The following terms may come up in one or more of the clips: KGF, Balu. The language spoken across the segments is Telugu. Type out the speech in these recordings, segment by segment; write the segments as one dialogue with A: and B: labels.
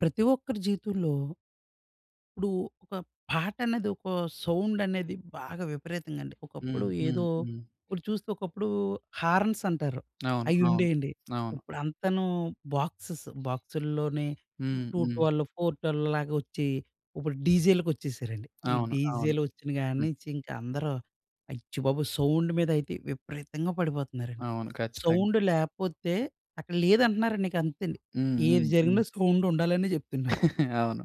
A: ప్రతి ఒక్కరి జీవితంలో ఇప్పుడు ఒక పాట అనేది ఒక సౌండ్ అనేది బాగా విపరీతంగా అండి. ఒకప్పుడు
B: హ్మ్. హ్మ్.
A: ఏదో
B: హ్మ్.
A: ఇప్పుడు చూస్తే ఒకప్పుడు హార్న్స్ అంటారు.
B: అవును. అవును.
A: అయ్యుండేయండి.
B: అవును.
A: ఇప్పుడు అంతాను బాక్సెస్ బాక్సుల్లోనే
B: హ్మ్. హ్మ్.
A: 212 412 లాగా వచ్చి ఇప్పుడు డీజేలకొచ్చేసారండి. ఈ
B: అవును. అవును.
A: డీజేలు వచ్చిన కాడి
B: హ్మ్.
A: నుంచి ఇంక అందరూ అచ్చు బాబోయ్! సౌండ్ మీద అయితే విపరీతంగా పడిపోతున్నారండి.
B: అవును. ఖచ్చితంగా.
A: సౌండ్ లేపోతే అక్కడ లేదంటున్నారండి ఇక అంతేండి.
B: హ్మ్.
A: ఏది
B: హ్మ్. హ్మ్.
A: జరిగినా సౌండ్ ఉండాలనే చెప్తున్నారు.
B: అవును.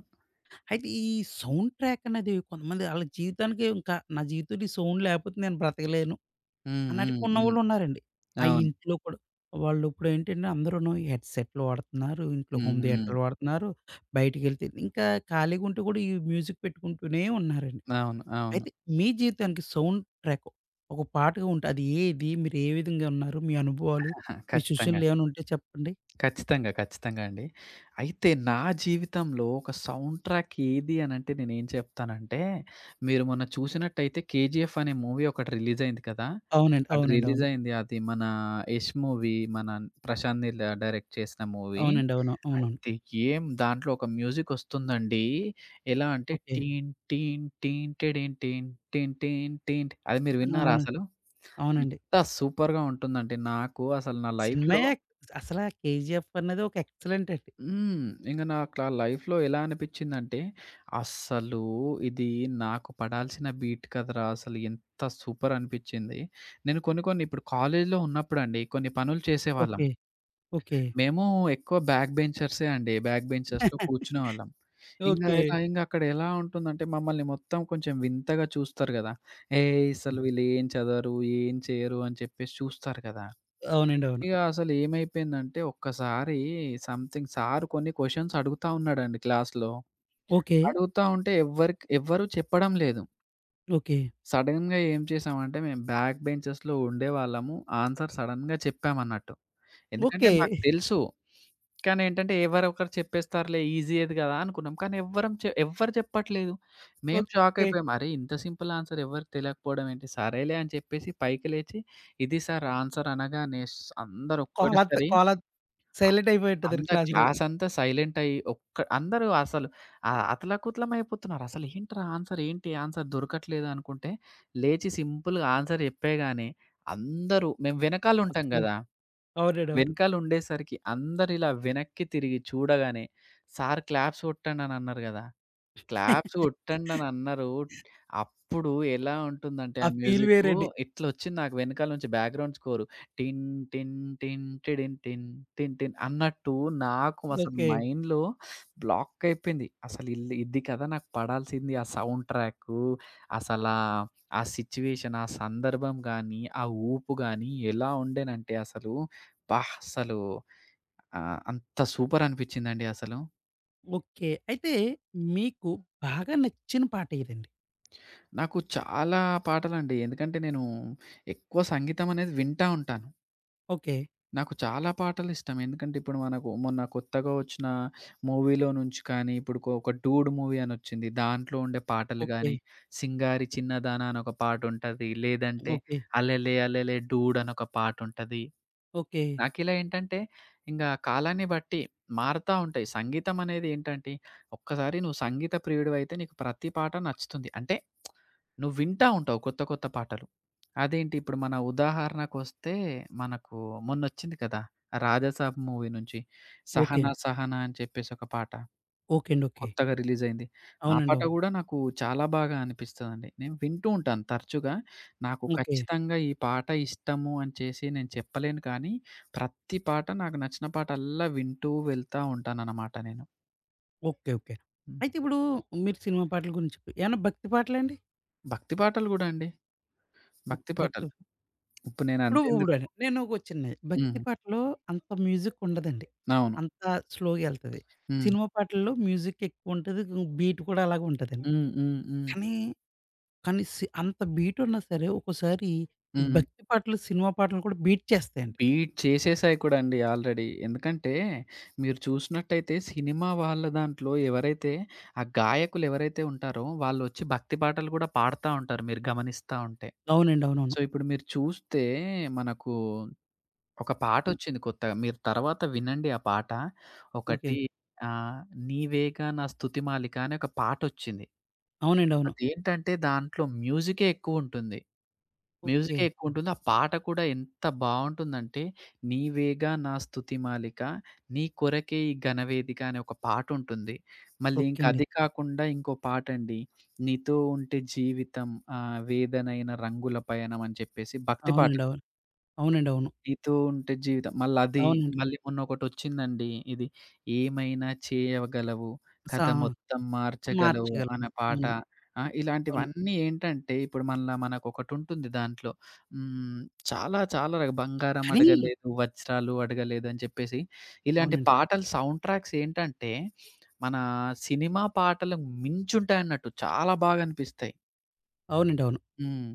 A: అయితే ఈ సౌండ్ ట్రాక్ అనేది కొంతమంది ఆళ్ళ జీవితానికే ఇంకా నా జీవితంలో ఈ సౌండ్ లేకపోతే నేను బ్రతకలేను
B: హ్మ్.
A: అన్నట్టుగా
B: హ్మ్. హ్మ్.
A: ఉన్నవాళ్ళు ఉన్నారండి. ఆ
B: అవును.
A: ఇంట్లో కూడా వాళ్ళు ఇప్పుడేంటంటే అందరూను హెడ్ సెట్లు వాడుతున్నారు. ఇంట్లో
B: హ్మ్.
A: హోమ్
B: హ్మ్.
A: థియేటర్లు వాడుతున్నారు. బయటికెళ్తే ఇంకా ఖాళీగా ఉంటే కూడా ఈ మ్యూజిక్ పెట్టుకుంటూనే ఉన్నారండి.
B: అవును. అవును.
A: అయితే మీ జీవితానికి సౌండ్ ట్రాక్ ఒక పాటగా ఉంటే అది ఏది? మీరు ఏ విధంగా ఉన్నారు? మీ అనుభవాలు,
B: ఆహా!
A: మీ
B: ఖచ్చితంగా.
A: సూచనలు ఏమైనా ఉంటే చెప్పండి?
B: ఖచ్చితంగా. ఖచ్చితంగా అండి. అయితే నా జీవితంలో ఒక సౌండ్ ట్రాక్ ఏది అనంటే నేనేం చెప్తానంటే, మీరు మొన్న చూసినట్టయితే 'కేజీఎఫ్' అనే మూవీ ఒకటి రిలీజ్ అయింది కదా!
A: అవునండి.
B: అటు
A: అవునండి.
B: రిలీజ్
A: అవును.
B: అయింది. అది మన 'యష్' మూవీ, మన ప్రశాంత్ నీల్ డైరెక్ట్ చేసిన మూవీ.
A: అవునండి. అవును. అవునవును.
B: అయితే ఏం, దాంట్లో ఒక మ్యూజిక్ వస్తుందండి. ఎలా అంటే
A: ఓకే.
B: టీన్ టీన్ టీన్ టిడిన్ టీన్ టీన్ టీన్ టీన్, అది మీరు విన్నారా
A: అవును.
B: అసలు?
A: అవునండి.
B: ఎంత సూపర్‌గా ఉంటుందంటే నాకు అసలు నా లైఫ్‌లో
A: సినిమాయే అసలా 'కేజీఎఫ్' అన్నది ఒక ఎక్సలెంట్ అండి.
B: హ్మ్. ఇంక నాకా లైఫ్‌లో ఎలా అనిపిచ్చిందంటే, అస్సలు ఇది నాకు పడాల్సిన బీట్ కదరా! అసలు ఎంత సూపర్ అనిపిచ్చింది. నేను కొన్ని, కొన్ని ఇప్పుడు కాలేజీలో ఉన్నప్పుడండి కొన్ని పనులు చేసేవాళ్ళం.
A: ఓకే. ఓకే.
B: మేము ఎక్కువ బ్యాక్ బెంచర్సే అండి. బ్యాక్ బెంచర్స్‌లో కూర్చునేవాళ్ళం. ఇంగా
A: ఓకే.
B: ఎలా ఇంగా అక్కడ ఎలా ఉంటుందంటే, మమ్మల్ని మొత్తం కొంచెం వింతగా చూస్తారు గదా! ఏయ్! అసలు
A: హ్మ్.
B: వీళ్ళేం చదవరు, ఏం చేయరు అని చెప్పేసి చూస్తారు కదా!
A: అవునండి. అవును.
B: ఇగ అసలేమైపోయిందంటే ఒక్కసారి సంథింగ్ సార్ కొన్ని క్వెషన్స్ అడుగుతా ఉన్నాడండి క్లాస్‌లో.
A: ఓకే.
B: అడుగుతా ఉంటే ఎవ్వరికి ఎవ్వరు చెప్పడం లేదు.
A: ఓకే.
B: సడెన్‌గా ఏం చేశామంటే మేము బ్యాక్ బెంచెస్‌లో ఉండేవాళ్ళము. ఆన్సర్ సడెన్‌గా చెప్పామన్నట్టు. ఎందుకంటే
A: ఓకే.
B: మాకు తెలుసు. కానీ ఏంటంటే ఎవరో ఒకరు చెప్పేస్తారులే, ఈజీ ఏది కదా అనుకున్నాం. కానీ ఎవ్వరం చె ఎవ్వరు చెప్పట్లేదు. మేము షాక్
A: ఓకే.
B: అయిపోయాం. అరే! ఇంత సింపుల్ ఆన్సర్ ఎవరికీ తెలియకపోవడం ఏంటి? సరేలే అని చెప్పేసి పైకి లేచి ఇది సార్ ఆన్సర్ అనగానే అందరూ
A: కోలాత్
B: ఒక్కటేసారి
A: కోలాత్ సైలెంట్ అయిపోయుంటదండి
B: అందరు
A: క్లాస్ రూమ్.
B: క్లాసంతా సైలెంట్ అయ్యి ఒక్క అందరూ అసలు ఆహ్, అతలాకుతలమయిపోతున్నారు. అసలేంట్రా ఆన్సర్ ఏంటి? ఆన్సర్ దొరకట్లేదు అనుకుంటే, లేచి సింపుల్‌గా ఆన్సర్ చెప్పేగానే అందరూ, మేము వెనకాలుంటాం
A: అస్సలు.
B: గదా!
A: అవునండి. అవును.
B: వెనకాలుండేసరికి అందరిలా వెనక్కి తిరిగి చూడగానే, "సార్ క్లాప్స్ కొట్టండి" అని అన్నారు గదా! క్లాప్స్ కొట్టండనన్నారు. అప్పుడు ఎలా ఉంటుందంటే ఆ
A: ఆ ఫీల్
B: మ్యూజిక్కు
A: వేరండి.
B: ఇట్లొచ్చింది నాకు వెనకాల నుంచి బ్యాక్‌గ్రౌండ్ స్కోరు. టిన్ టిన్ టిన్ టిడిన్ టిన్ టిన్ టిన్ అన్నట్టు నాకు అసలు
A: ఓకే.
B: మైండ్‌లో బ్లాక్ అయిపోయింది. అసలు ఇది కదా నాకు పడాల్సింది. ఆ సౌండ్ ట్రాకు, అసలా ఆ సిచ్యుయేషన్, ఆ సందర్భం గానీ, ఆ ఊపు గానీ ఎలా ఉండేనంటే అసలు, అబ్బా! అసలు ఆహ్, అంత సూపర్ అనిపిచ్చిందండి అసలు.
A: ఓకే. అయితే మీకు బాగా నచ్చిన పాట ఏదండి?
B: నాకు చాలా పాటలండి. ఎందుకంటే నేను ఎక్కువ సంగీతం అనేది వింటా ఉంటాను.
A: ఓకే.
B: నాకు చాలా పాటలిష్టం. ఎందుకంటే ఇప్పుడు మనకు మొన్న కొత్తగా వచ్చిన మూవీలో నుంచి కానీ, ఇప్పుడు ఒక 'డూడ్' మూవీ అనొచ్చింది. దాంట్లో ఉండే పాటలు
A: ఓకే.
B: గానీ, 'సింగారి చిన్నదాన' అని ఒక పాటుంటది. లేదంటే
A: ఓకే.
B: 'అలెలే అలెలే డూడ్' అని ఒక పాటుంటది.
A: ఓకే.
B: నాకిలా ఏంటంటే, ఇంగ కాలాన్ని బట్టి మారతా ఉంటాయి. సంగీతం అనేది ఏంటంటే, ఒక్కసారి నువ్వు సంగీత ప్రియుడివైతే నీకు ప్రతి పాట నచ్చుతుంది. అంటే నువ్వు వింటా ఉంటావు కొత్త, కొత్త పాటలు. అదేంటి ఇప్పుడు మన ఉదాహరణకొస్తే మనకు మొన్నొచ్చింది కదా! 'రాజాసాబ్' మూవీ నుంచి
A: ఓకే.
B: 'సహనా సహనా' అని చెప్పేసి ఒక పాట.
A: ఓకే అండి. ఓకే. అండి. ఓకే.
B: కొత్తగా రిలీజయింది. ఆ
A: అవునండి.
B: పాట
A: అవును.
B: గూడా నాకు చాలా బాగా అనిపిస్తదండి. నేను వింటూ ఉంటాను తరచుగా. నాకు
A: ఓకే.
B: ఖచ్చితంగా ఈ పాట ఇష్టము అని చేసి నేను చెప్పలేను, కానీ ప్రతి పాట నాకు నచ్చిన పాటల్లా వింటూ వెళ్తా ఉంటాననమాట నేను.
A: ఓకే. ఓకే.
B: హ్మ్.
A: అయితే ఇప్పుడు మీరు సినిమా పాటల గురించి చెప్పి ఏమన్నా భక్తి పాటలండి?
B: భక్తి పాటలు గూడా అండి.
A: భక్
B: భక్తి పాటలు.
A: భక్తి
B: ఇప్పుడు నేను
A: ఇప్పుడు
B: అంతెందుకు
A: ఇప్పుడని నేను ఒక చిన్నది. భక్తి
B: హ్మ్.
A: పాటలో అంత మ్యూజిక్ ఉండదండి.
B: అవును.
A: అంత స్లోగా ఎళ్తది.
B: హ్మ్.
A: సినిమా పాటల్లో మ్యూజిక్ ఎక్కువుంటది. బీట్ కూడా అలాగే ఉంటదండి.
B: హ్మ్. హ్మ్. హ్మ్.
A: కానీ, కానీ సి అంత బీట్ ఉన్నా సరే ఒక్కోసారి ఈ
B: హ్మ్.
A: భక్తి పాటలు, సినిమా పాటలు కూడా బీట్ చేస్తాయండి.
B: బీట్ చేసేసాయి కూడా అండి ఆల్రెడీ. ఎందుకంటే మీరు చూసినట్టయితే సినిమా వాళ్ళ దాంట్లో ఎవరైతే ఆ గాయకులు ఎవరైతే ఉంటారో వాళ్ళొచ్చి భక్తి పాటలు కూడా పాడుతా ఉంటారు మీరు గమనిస్తా ఉంటే.
A: అవునండి.
B: సో,
A: అవునవును.
B: ఇప్పుడు మీరు చూస్తే మనకు ఒక
A: హ్మ్.
B: పాటొచ్చింది కొత్తగా. మీరు తర్వాత వినండి ఆ పాట.
A: ఓకే.
B: ఒకటి ఆహ్, 'నీవేగా నా స్తుతిమాలిక' అని ఒక పాటొచ్చింది.
A: అవునండి. అవును.
B: అదేంటంటే దాంట్లో మ్యూజికే ఎక్కువుంటుంది.
A: ఓకే.
B: మ్యూజికే ఎక్కువుంటుంది. ఆ పాట కూడా ఎంత బావుంటుందంటే, 'నీవేగా నా స్తుతి మాలిక నీ కొరకే ఈ ఘనవేదిక' అనే ఒక పాటుంటుంది. మళ్ళీ ఇంక
A: ఓకే అండి.
B: అది కాకుండా ఇంకో పాటండి. 'నీతో ఉంటే జీవితం ఆహ్, వేదనైన రంగుల పయనం' అని చెప్పేసి భక్తి పాట.
A: అవునండి. అవును. అవునండి. అవును.
B: నీతో ఉంటే జీవితం. మళ్ళది,
A: అవునండి.
B: మళ్ళీ మొన్నొకటొచ్చిందండి ఇది. ఏమైనా చేయగలవు,
A: సా
B: కథ మొత్తం మార్చగలవు
A: మార్చగలం.
B: అనే పాట.
A: హ్మ్.
B: ఆ!
A: అవును.
B: ఇలాంటివన్నీ ఏంటంటే, ఇప్పుడు మళ్ళా మనకొకటుంటుంది దాంట్లో. హ్మ్. చాలా చాలా రక బంగారం
A: కానీ
B: అడగలేదు, వజ్రాలు అడగలేదు అని చెప్పేసి, ఇలాంటి
A: అవునండి.
B: పాటలు సౌండ్ ట్రాక్స్ ఏంటంటే, మన సినిమా పాటలకు మించుంటాయన్నట్టు. చాలా బాగా అనిపిస్తాయి.
A: అవునండి. అవును.
B: హ్మ్.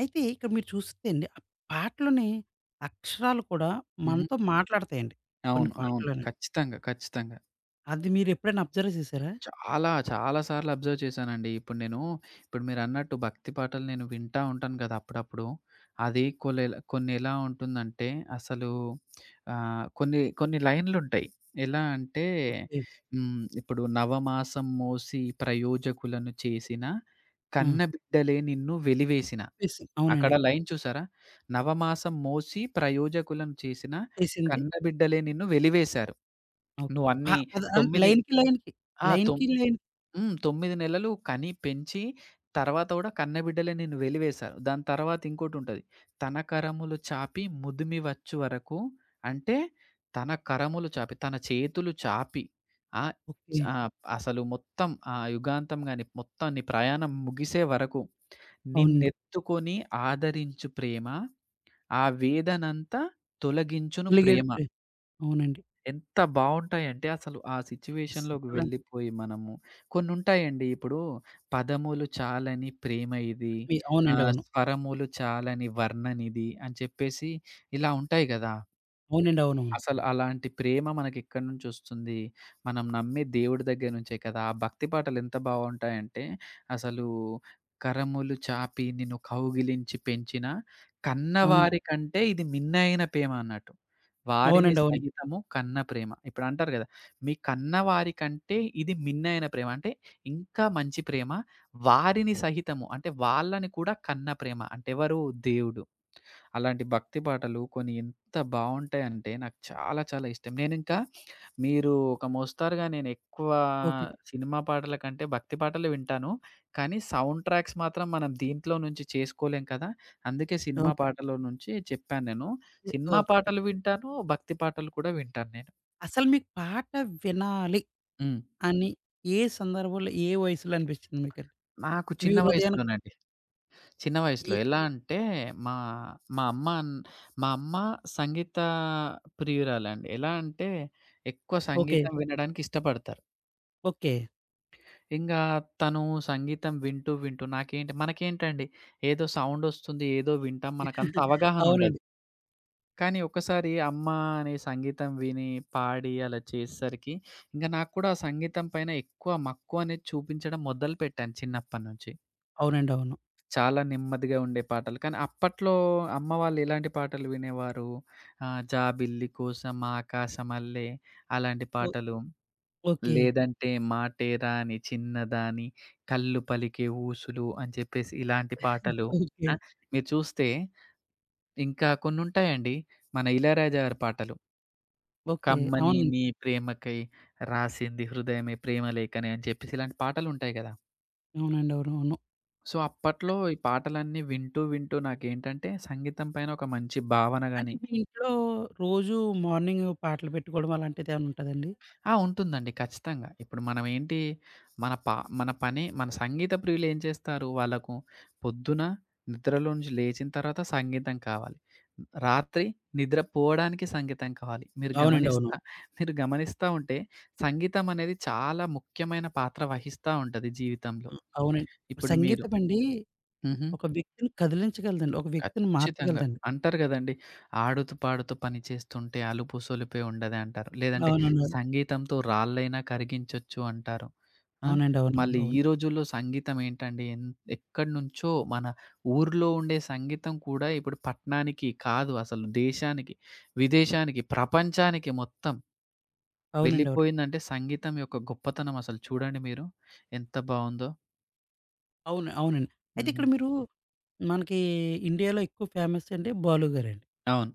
A: అయితే ఇక్కడ మీరు చూస్తే అండి, ఆ పాటలోని అక్షరాలు కూడా
B: హుహు.
A: మనతో మాట్లాడతాయండి. కొన్ని
B: అవును. అవును.
A: పాటల్లోని.
B: ఖచ్చితంగా. ఖచ్చితంగా.
A: అది మీరెప్పుడైనా అబ్జర్వ్ చేసారా?
B: చాలా, చాలా సార్లు అబ్జర్వ్ చేశానండి. ఇప్పుడు నేను ఇప్పుడు మీరన్నట్టు భక్తి పాటలు నేను వింటా ఉంటాను గదా! అప్పుడప్పుడు. అది కొన్ని ఎలా ఉంటుందంటే అసలు ఆహ్, కొన్ని కొన్ని లైన్‌లుంటాయి. ఎలా అంటే
A: ఓకే.
B: హ్మ్, ఇప్పుడు నవమాసం మోసి ప్రయోజకులను చేసిన
A: ఆ!
B: కన్నబిడ్డలే నిన్ను వెలివేసిన.
A: చేసి
B: అక్కడ
A: అవునండి.
B: లైన్ చూసారా? నవమాసం మోసి ప్రయోజకులను చేసిన
A: చేసింది.
B: కన్నబిడ్డలే నిన్ను వెలివేశారు.
A: ఓకే. ప
B: నువ్వన్నీ
A: పద అంటే
B: 9
A: లైన్‌కి లైన్‌కి,
B: ఆ!
A: లైన్‌కి లైన్
B: హ్మ్. 9 నెలలు కని పెంచి, తర్వాత గూడా కన్నబిడ్డలే నేను వెలివేశాను. దాని తర్వాత ఇంకోటుంటది. తన కరములు చాపి ముదిమి వచ్చు వరకు అంటే తన కరములు చాపి, తన చేతులు చాపి ఆహ్,
A: ఓకే.
B: ఆహ్, అసలు మొత్తం ఆ యుగాంతం గాని, మొత్తం నీ ప్రయాణం ముగిసే వరకు
A: అవునండి.
B: నిన్నెత్తుకొని ఆదరించు ప్రేమ, ఆ వేదనంతా తొలగించును
A: కలిగాడు
B: ప్రేమ.
A: ప్రే అవునండి.
B: ఎంత బావుంటాయంటే అసలు ఆ సిట్యుయేషన్‌లోకి
A: అలా
B: వెళ్ళిపోయి మనము కొన్నుంటాయండి. ఇప్పుడు పదములు చాలని ప్రేమ ఇది.
A: మీ అవునండి.
B: ఆహ్,
A: అవును.
B: స్వరములు చాలని వర్ణనిది అని చెప్పేసి ఇలా ఉంటాయి గదా!
A: అవునండి. అవునవును.
B: అసలు అలాంటి ప్రేమ మనకెక్కడి నుంచొస్తుంది? మనం నమ్మే దేవుడి దగ్గర నుంచే కదా! ఆ భక్తి పాటలెంత బావుంటాయంటే, అసలు కరములు చాపి నిన్ను కౌగిలించి పెంచిన
A: అవునండి.
B: కన్నవారి కంటే ఇది మిన్నైన ప్రేమ అన్నట్టు. వారిని
A: అవునండి. అవును.
B: సహితము కన్న ప్రేమ. ఇప్పుడంటారు గదా! మీ కన్నవారి కంటే ఇది మిన్నైన ప్రేమ. అంటే ఇంకా మంచి ప్రేమ. వారిని సహితము అంటే వాళ్ళని కూడా కన్న ప్రేమ. అంటే ఎవరు? దేవుడు. అలాంటి భక్తి పాటలు కొన్ని ఎంత బావుంటాయంటే నాకు చాలా చాలా ఇష్టం. నేనింకా మీరు ఒక మోస్తారుగా నేనెక్కువ
A: ఓకే.
B: సినిమా పాటల కంటే భక్తి పాటలు వింటాను. కానీ సౌండ్ ట్రాక్స్ మాత్రం మనం దీంట్లో నుంచి చేసుకోలేం కదా! అందుకే
A: ఓకే.
B: సినిమా పాటలో నుంచి చెప్పాను నేను. సినిమా
A: ఓకే.
B: పాటలు వింటాను, భక్తి పాటలు కూడా వింటాను నేను.
A: అసలు మీకు పాట వినాలి
B: హ్మ్.
A: అని ఏ సందర్భంలో, ఏ వయసులో అనిపించింది మీకండి?
B: నాకు
A: మీ
B: చిన్న
A: హృదయానికి
B: వయసులోనండి. చిన్న వయసులో.
A: ఈ
B: ఎలా అంటే మా మా అమ్మ అన్ మా అమ్మ సంగీత ప్రియురాలండి. ఎలా అంటే ఎక్కువ
A: ఓకే.
B: సంగీతం వినడానికి ఇష్టపడతారు.
A: ఓకే.
B: ఇంగా తను సంగీతం వింటూ, వింటూ నాకేంటి మనకేంటండి ఏదో సౌండొస్తుంది, ఏదో వింటాం మనకంత అవగాహన ఉండదు.
A: అవునండి.
B: కానీ ఒక్కసారి అమ్మ అనే సంగీతం విని, పాడి అలా చేసేసరికి ఇంక నాకు కూడా ఆ సంగీతం పైన ఎక్కువ మక్కువ అనేది చూపించడం మొదలుపెట్టాను చిన్నప్పటి నుంచి.
A: అవునండి. అవును.
B: చాలా నెమ్మదిగా ఉండే పాటలు. కానీ అప్పట్లో అమ్మ వాళ్ళు ఎలాంటి పాటలు వినేవారు? ఆహ్, 'జాబిల్లి కోసం ఆకాశమల్లె' అలాంటి
A: ఓ
B: పాటలు.
A: ఓకే.
B: లేదంటే 'మాటేరాని చిన్నదాని కళ్ళు పలికే ఊసులు' అని చెప్పేసి ఇలాంటి పాటలు.
A: ఓకే.
B: ఆ! మీరు చూస్తే ఇంకా కొన్నుంటాయండి. మన ఇళయరాజా గారి పాటలు.
A: ఓకే.
B: 'కమ్మని
A: అవునండి.
B: నీ ప్రేమకై రాసింది హృదయమే ప్రేమ లేఖనే' అని చెప్పేసి ఇలాంటి పాటలుంటాయి గదా!
A: అవునండి. అవునవును.
B: సో, అప్పట్లో ఈ పాటలన్నీ వింటూ, వింటూ నాకేంటంటే సంగీతం పైన ఒక మంచి భావన
A: అంటే
B: గాని
A: మీ ఇంట్లో రోజు మార్నింగ్ పాటలు పెట్టుకోవడం అలాంటిదేమైనా ఉంటదండి?
B: ఆ! ఉంటుందండి ఖచ్చితంగా. ఇప్పుడు మనం ఏంటి మన పా మన పని మన సంగీత ప్రియులు ఏం చేస్తారు? వాళ్ళకు పొద్దున నిద్రలో నుంచి లేచిన తర్వాత సంగీతం కావాలి. రాత్రి నిద్రపోవడానికి సంగీతం కావాలి.
A: అవునండి. అవును.
B: మీరు గమనిస్తా ఉంటే సంగీతం అనేది చాలా ముఖ్యమైన పాత్ర వహిస్తా ఉంటది జీవితంలో.
A: ఆ! అవునండి.
B: ఇప్పుడు మీరు
A: సంగీతం అండి
B: హుహు.
A: ఒక వ్యక్తిని కదిలించగలదండి. ఒక వ్యక్తిని
B: ఖచ్చితంగా.
A: మార్చగలదండి.
B: అంటారు గదండీ! "ఆడుతూ పాడుతూ పని చేస్తుంటే అలుపు సొలుపే ఉండదే" అంటారు. లేదంటే
A: అవునండి. అవును.
B: సంగీతంతో రాళ్ళైనా కరిగించొచ్చు అంటారు. ఆ!
A: అవునండి. అవునవును.
B: మళ్ళీ ఈ
A: అవును.
B: రోజుల్లో సంగీతం ఏంటండి ఎక్కడినుంచో మన ఊర్లో ఉండే సంగీతం కూడా ఇప్పుడు పట్నానికి కాదు అసలు దేశానికి, విదేశానికి, ప్రపంచానికి మొత్తం
A: అవునండి. అవును.
B: వెళ్ళిపోయిందంటే సంగీతం యొక్క గొప్పతనం అసలు చూడండి మీరు. ఎంత బావుందో.
A: అవును. అవునండి. అయితే
B: హుహు.
A: ఇక్కడ మీరు మనకి ఇండియాలో ఎక్కువ ఫేమస్ అంటే 'బాలు' గారండి.
B: అవును.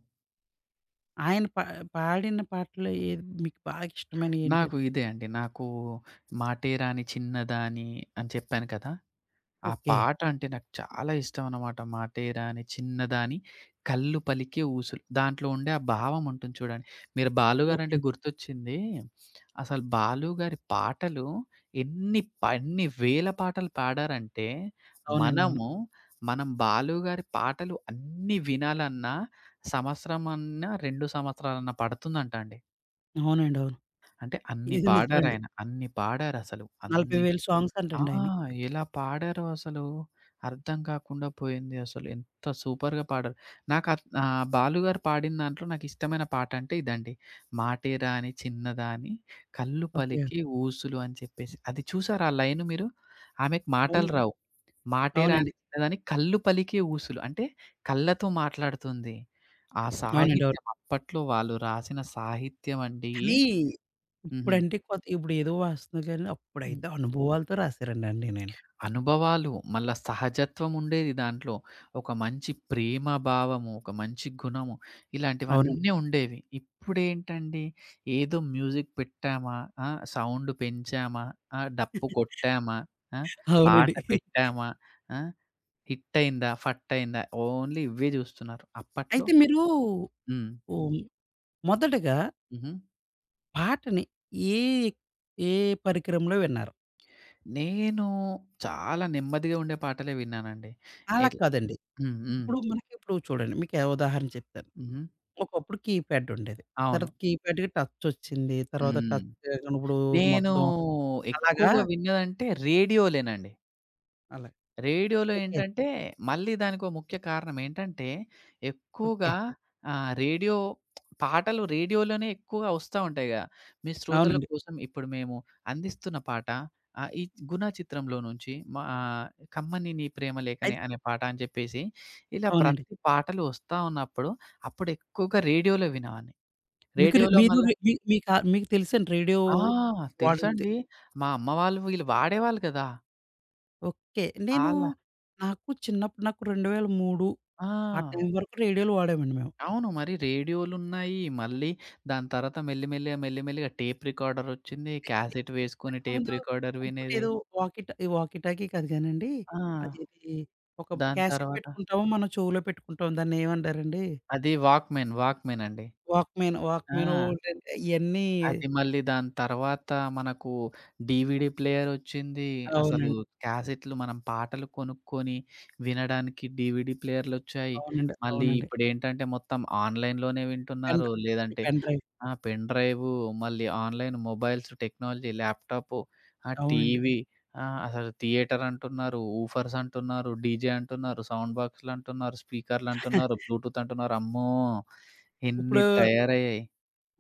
A: ఆయన పాడిన పాటలు ఏది మీకు బాగా ఇష్టమైనవి
B: నాకు
A: ఏంటండి?
B: ఇదే అండి. నాకు 'మాటేరాని చిన్నదాని' అని చెప్పాను కదా! ఆ
A: ఓకే.
B: పాట అంటే నాకు చాలా ఇష్టం అన్నమాట. 'మాటేరాని చిన్నదాని కళ్ళు పలికే ఊసులు' దాంట్లో ఉండే ఆ భావం ఉంటుంది చూడండి. మీరు బాలు
A: ఓకే.
B: గారంటే గుర్తొచ్చింది. అసలు బాలు గారి పాటలు ఎన్ని వేల పాటలు పాడారంటే,
A: అవునండి. అవును.
B: మనము మనం బాలు గారి పాటలు అన్నీ వినాలన్నా సంవత్సరం అన్నా, 2 సంవత్సరాలన్నా పడుతుందంట అండి.
A: అవునండి. అవును.
B: అంటే అన్ని
A: ఇది నిజమండి.
B: పాడారాయన. అన్ని పాడారసలు. అన్ని
A: 40,000 సాంగ్స్
B: ఆ!
A: అంటండి ఆయనయి.
B: ఎలా పాడారో అసలు అర్థం కాకుండా పోయింది అసలు. ఎంత సూపర్‌గా పాడారు. నాకు ఆహ్, బాలుగారు పాడిన దాంట్లో నాకిష్టమైన పాట అంటే ఇదండి. మాటేరా అని చిన్నదా అని కళ్ళు
A: ఓకే.
B: పలికి ఊసులు అని చెప్పేసి. అది చూసారా ఆ లైను మీరు? ఆమెకు
A: అవును.
B: మాటలు రావు. మాటేరా అని
A: అవునండి.
B: చిన్నదని కళ్ళు పలికే ఊసులు. అంటే కళ్ళతో మాట్లాడుతుంది. ఆ
A: అవునండి. అవును.
B: సాహిత్యం అప్పట్లో వాళ్ళు రాసిన సాహిత్యం అండి.
A: కానీ
B: హుహు.
A: ఇప్పుడంటే కొత్త ఇప్పుడు ఏదో వస్తుంది కానీ అప్పుడైతే అనుభవాలతో రాసారండి అన్నీనండి.
B: అనుభవాలు, మళ్ళా సహజత్వం ఉండేది దాంట్లో. ఒక మంచి ప్రేమ భావము, ఒక మంచి గుణము
A: అవునండి.
B: ఇలాంటివన్నీ ఉండేవి. ఇప్పుడేంటండి ఏదో మ్యూజిక్ పెట్టామా, ఆ! సౌండ్ పెంచామా, ఆ! డప్పు కొట్టామా, ఆ! పాట
A: అవునండి.
B: పెట్టామా, ఆ! హిట్టయిందా, ఫట్టయిందా ఓన్లీ ఇవే జూస్తున్నారు. అప్పట్లో
A: అయితే మీరు
B: హ్మ్.
A: హ్మ్, మొదటగా
B: హుహు.
A: పాటని ఏ ఏ పరికరంలో విన్నారు?
B: నేను చాలా నెమ్మదిగా ఉండే పాటలే విన్నానండి.
A: అలా
B: ఎట్ల
A: కాదండి.
B: హ్మ్. హ్మ్.
A: ఇప్పుడు మనకిప్పుడు చూడండి మీకే ఉదాహరణ చెప్తాను.
B: హుహు.
A: ఒకప్పుడు కీప్యాడ్ ఉండేది.
B: అవును.
A: తర్వాత కీప్యాడ్‌కి టచ్ వచ్చింది. తర్వాత
B: హ్మ్.
A: టచ్ లేకుండా ఇప్పుడు
B: నేను
A: మొత్తం అలాగా
B: ఎక్కువగా విన్నదంటే రేడియోలేనండి.
A: అలా.
B: రేడియోలో
A: ఓకే.
B: ఏంటంటే, మళ్ళీ దానికో ముఖ్య కారణం ఏంటంటే,
A: ఓకే.
B: ఎక్కువగా ఆహ్, రేడియో పాటలు రేడియోలోనే ఎక్కువగా వస్తా ఉంటాయి గదా! మీ శ్రోతల
A: అవునండి.
B: కోసం ఇప్పుడు మేము అందిస్తున్న పాట ఆహ్, ఈ 'గుణ' చిత్రంలో నుంచి మా 'కమ్మని నీ ప్రేమలేఖనే'
A: అయితే
B: అనే పాట అని చెప్పేసి, ఇలా
A: అవునండి.
B: ప్రతి పాటలు వస్తా ఉన్నప్పుడు, అప్పుడు ఎక్కువగా రేడియోలో వినేవాడిని.
A: మీకు రి
B: రేడియోలో
A: మీరు
B: మళ్ళ
A: రి మీ మీక మీకు తెలుసండి రేడియో
B: ఆ!
A: వాడింది.
B: తెలుసండి. మా అమ్మ వాళ్ళు వీళ్ళు వాడేవాళ్ళు కదా!
A: ఓకే. నేను
B: ఆళ్ళ
A: నాకు చిన్నప్పుడు 2003 ఆ
B: ఆ!
A: టైం వరకు రేడియోలు వాడామండి మేము.
B: అవును. మరి రేడియోలున్నాయి. మళ్ళీ దాని తర్వాత మెల్లిమెల్లిగా, మెల్లిమెల్లిగా టేప్ రికార్డరొచ్చింది. క్యాసెట్ వేసుకొని టేప్
A: ముందు
B: రికార్డర్ వినేది.
A: ఇంకోటేదో వాకీ ట ఈ వాకీ టాకీ కాదు గానండి.
B: ఆ!
A: అదేది ఒక
B: దాని
A: క్యాసెట్
B: తర్వాత
A: పెట్టుకుంటాము. మనం చెవులో పెట్టుకుంటాం. దాన్నేమంటారండి?
B: అది వాక్‌మెన్, వాక్‌మెన్ అండి.
A: వాక్‌మెన్
B: ఆ!
A: ఒకటంటే ఇయన్నీ
B: అది మళ్ళీ దాని తర్వాత మనకు డీవీడీ ప్లేయరొచ్చింది. అసలు
A: అవునండి.
B: క్యాసెట్‌లు మనం పాటలు కొనుక్కొని వినడానికి డీవీడీ ప్లేయర్‌లొచ్చాయి.
A: అవునండి.
B: మళ్ళీ
A: అవునండి.
B: ఇప్పుడేంటంటే మొత్తం ఆన్‌లైన్‌లోనే
A: పెన్
B: వింటున్నారు.
A: డ్రైవ్
B: లేదంటే
A: పెన్ డ్రైవ్
B: ఆ! పెన్ డ్రైవు, మళ్ళీ ఆన్‌లైన్ మొబైల్స్, టెక్నాలజీ, ల్యాప్‌టాపు, ఆ!
A: అవునండి.
B: టీవీ, ఆ! అసలు థియేటర్ అంటున్నారు. ఊఫర్స్ అంటున్నారు. డీజే అంటున్నారు. సౌండ్ బాక్స్‌లంటున్నారు. స్పీకర్‌లంటున్నారు. బ్లూటూత్ అంటున్నారు. అమ్మో! ఎన్ని
A: ఇప్పుడు
B: తయారయ్యాయి.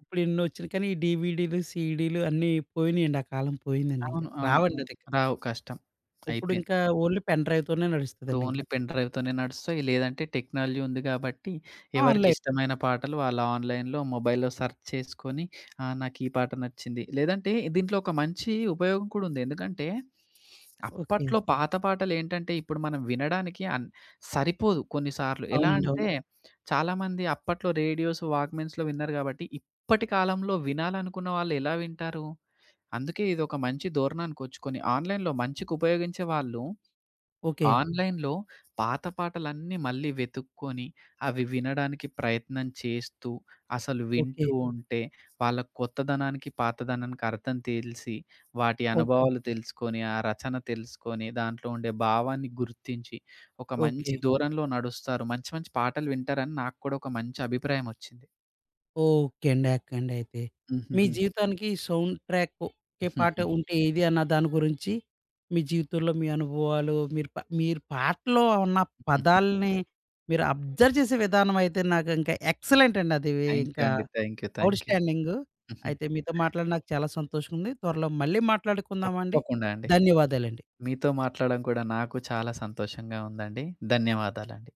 A: ఇప్పుడు ఎన్నొచ్చినియి. కానీ ఈ డీవీడీలు, సీడీలు అన్నీ పోయినియండి. ఆ కాలం పోయిందండి ఇంక.
B: అవును. అవును.
A: రావండి
B: హ్మ్.
A: అదిక.
B: రావు. కష్టం. అయిపోయింది.
A: ఇప్పుడింకా ఓన్లీ పెన్ డ్రైవ్ తోనే
B: ఇప్పుడు
A: నడుస్తదండింక.
B: ఓన్లీ పెన్ డ్రైవ్‌తోనే నడుస్తాయి. లేదంటే టెక్నాలజీ ఉంది కాబట్టి
A: ఆన్‌లైన్.
B: ఎవరికిష్టమైన పాటలు వాళ్ళ ఆన్‌లైన్‌లో, మొబైల్‌లో సెర్చ్ చేసుకొని ఆ! నాకీ పాట నచ్చింది. లేదంటే దీంట్లో ఒక మంచి ఉపయోగం కూడా ఉంది. ఎందుకంటే
A: ఓకే.
B: అప్పట్లో పాత పాటలేంటంటే ఇప్పుడు మనం వినడానికి సరిపోదు కొన్నిసార్లు. ఎలా
A: అవునండి. అవును.
B: అంటే చాలామంది అప్పట్లో రేడియోస్, వాక్‌మెన్స్‌లో విన్నారు కాబట్టి ఇప్పటి కాలంలో వినాలనుకున్న వాళ్ళు ఎలా వింటారు? అందుకే ఇదొక మంచి ధోరణానికొచ్చుకొని ఆన్‌లైన్‌లో మంచికి ఉపయోగించే వాళ్ళు,
A: ఓకే.
B: ఆన్‌లైన్‌లో పాత పాటలన్నీ మళ్ళీ వెతుక్కొని, అవి వినడానికి ప్రయత్నం చేస్తూ, అసలు
A: ఓకే.
B: వింటూ ఉంటే, వాళ్ళ కొత్తదనానికి, పాతదనానికి అర్థం తెలిసి, వాటి
A: ఓకే.
B: అనుభవాలు తెలుసుకొని, ఆ రచన తెలుసుకొని, దాంట్లో ఉండే భావాన్ని గుర్తించి, ఒక మంచి
A: ఓకే.
B: ధోరణిలో నడుస్తారు. మంచి మంచి పాటలు వింటారని నాకు కూడా ఒక మంచి అభిప్రాయమొచ్చింది.
A: ఓకే అండి. ఓకే అండి అయితే. మీ
B: హుహుహు.
A: జీవితానికి సౌండ్ ట్రాక్ ఒకే పాట ఉంటే ఏది అన్న దాని గురించి మీ జీవితంలో మీ అనుభవాలు, మీరు పాటలో ఉన్న
B: థాంక్ యూ
A: పదాల్ని మీరు అబ్జర్వ్ చేసే విధానం అయితే నాకు ఇంకా ఎక్సలెంట్ అండి అది ఇంకా
B: అండి. Thank you.
A: Out
B: thank you.
A: Standing.
B: హుహు.
A: అయితే మీతో మాట్లాడి నాకు చాలా సంతోషంగా ఉంది. త్వరలో మళ్ళీ మాట్లాడుకుందామండి.
B: తప్పకుండా అండి.
A: ధన్యవాదాలండి.
B: మీతో మాట్లాడడం కూడా నాకు చాలా సంతోషంగా ఉందండి. ధన్యవాదాలండి.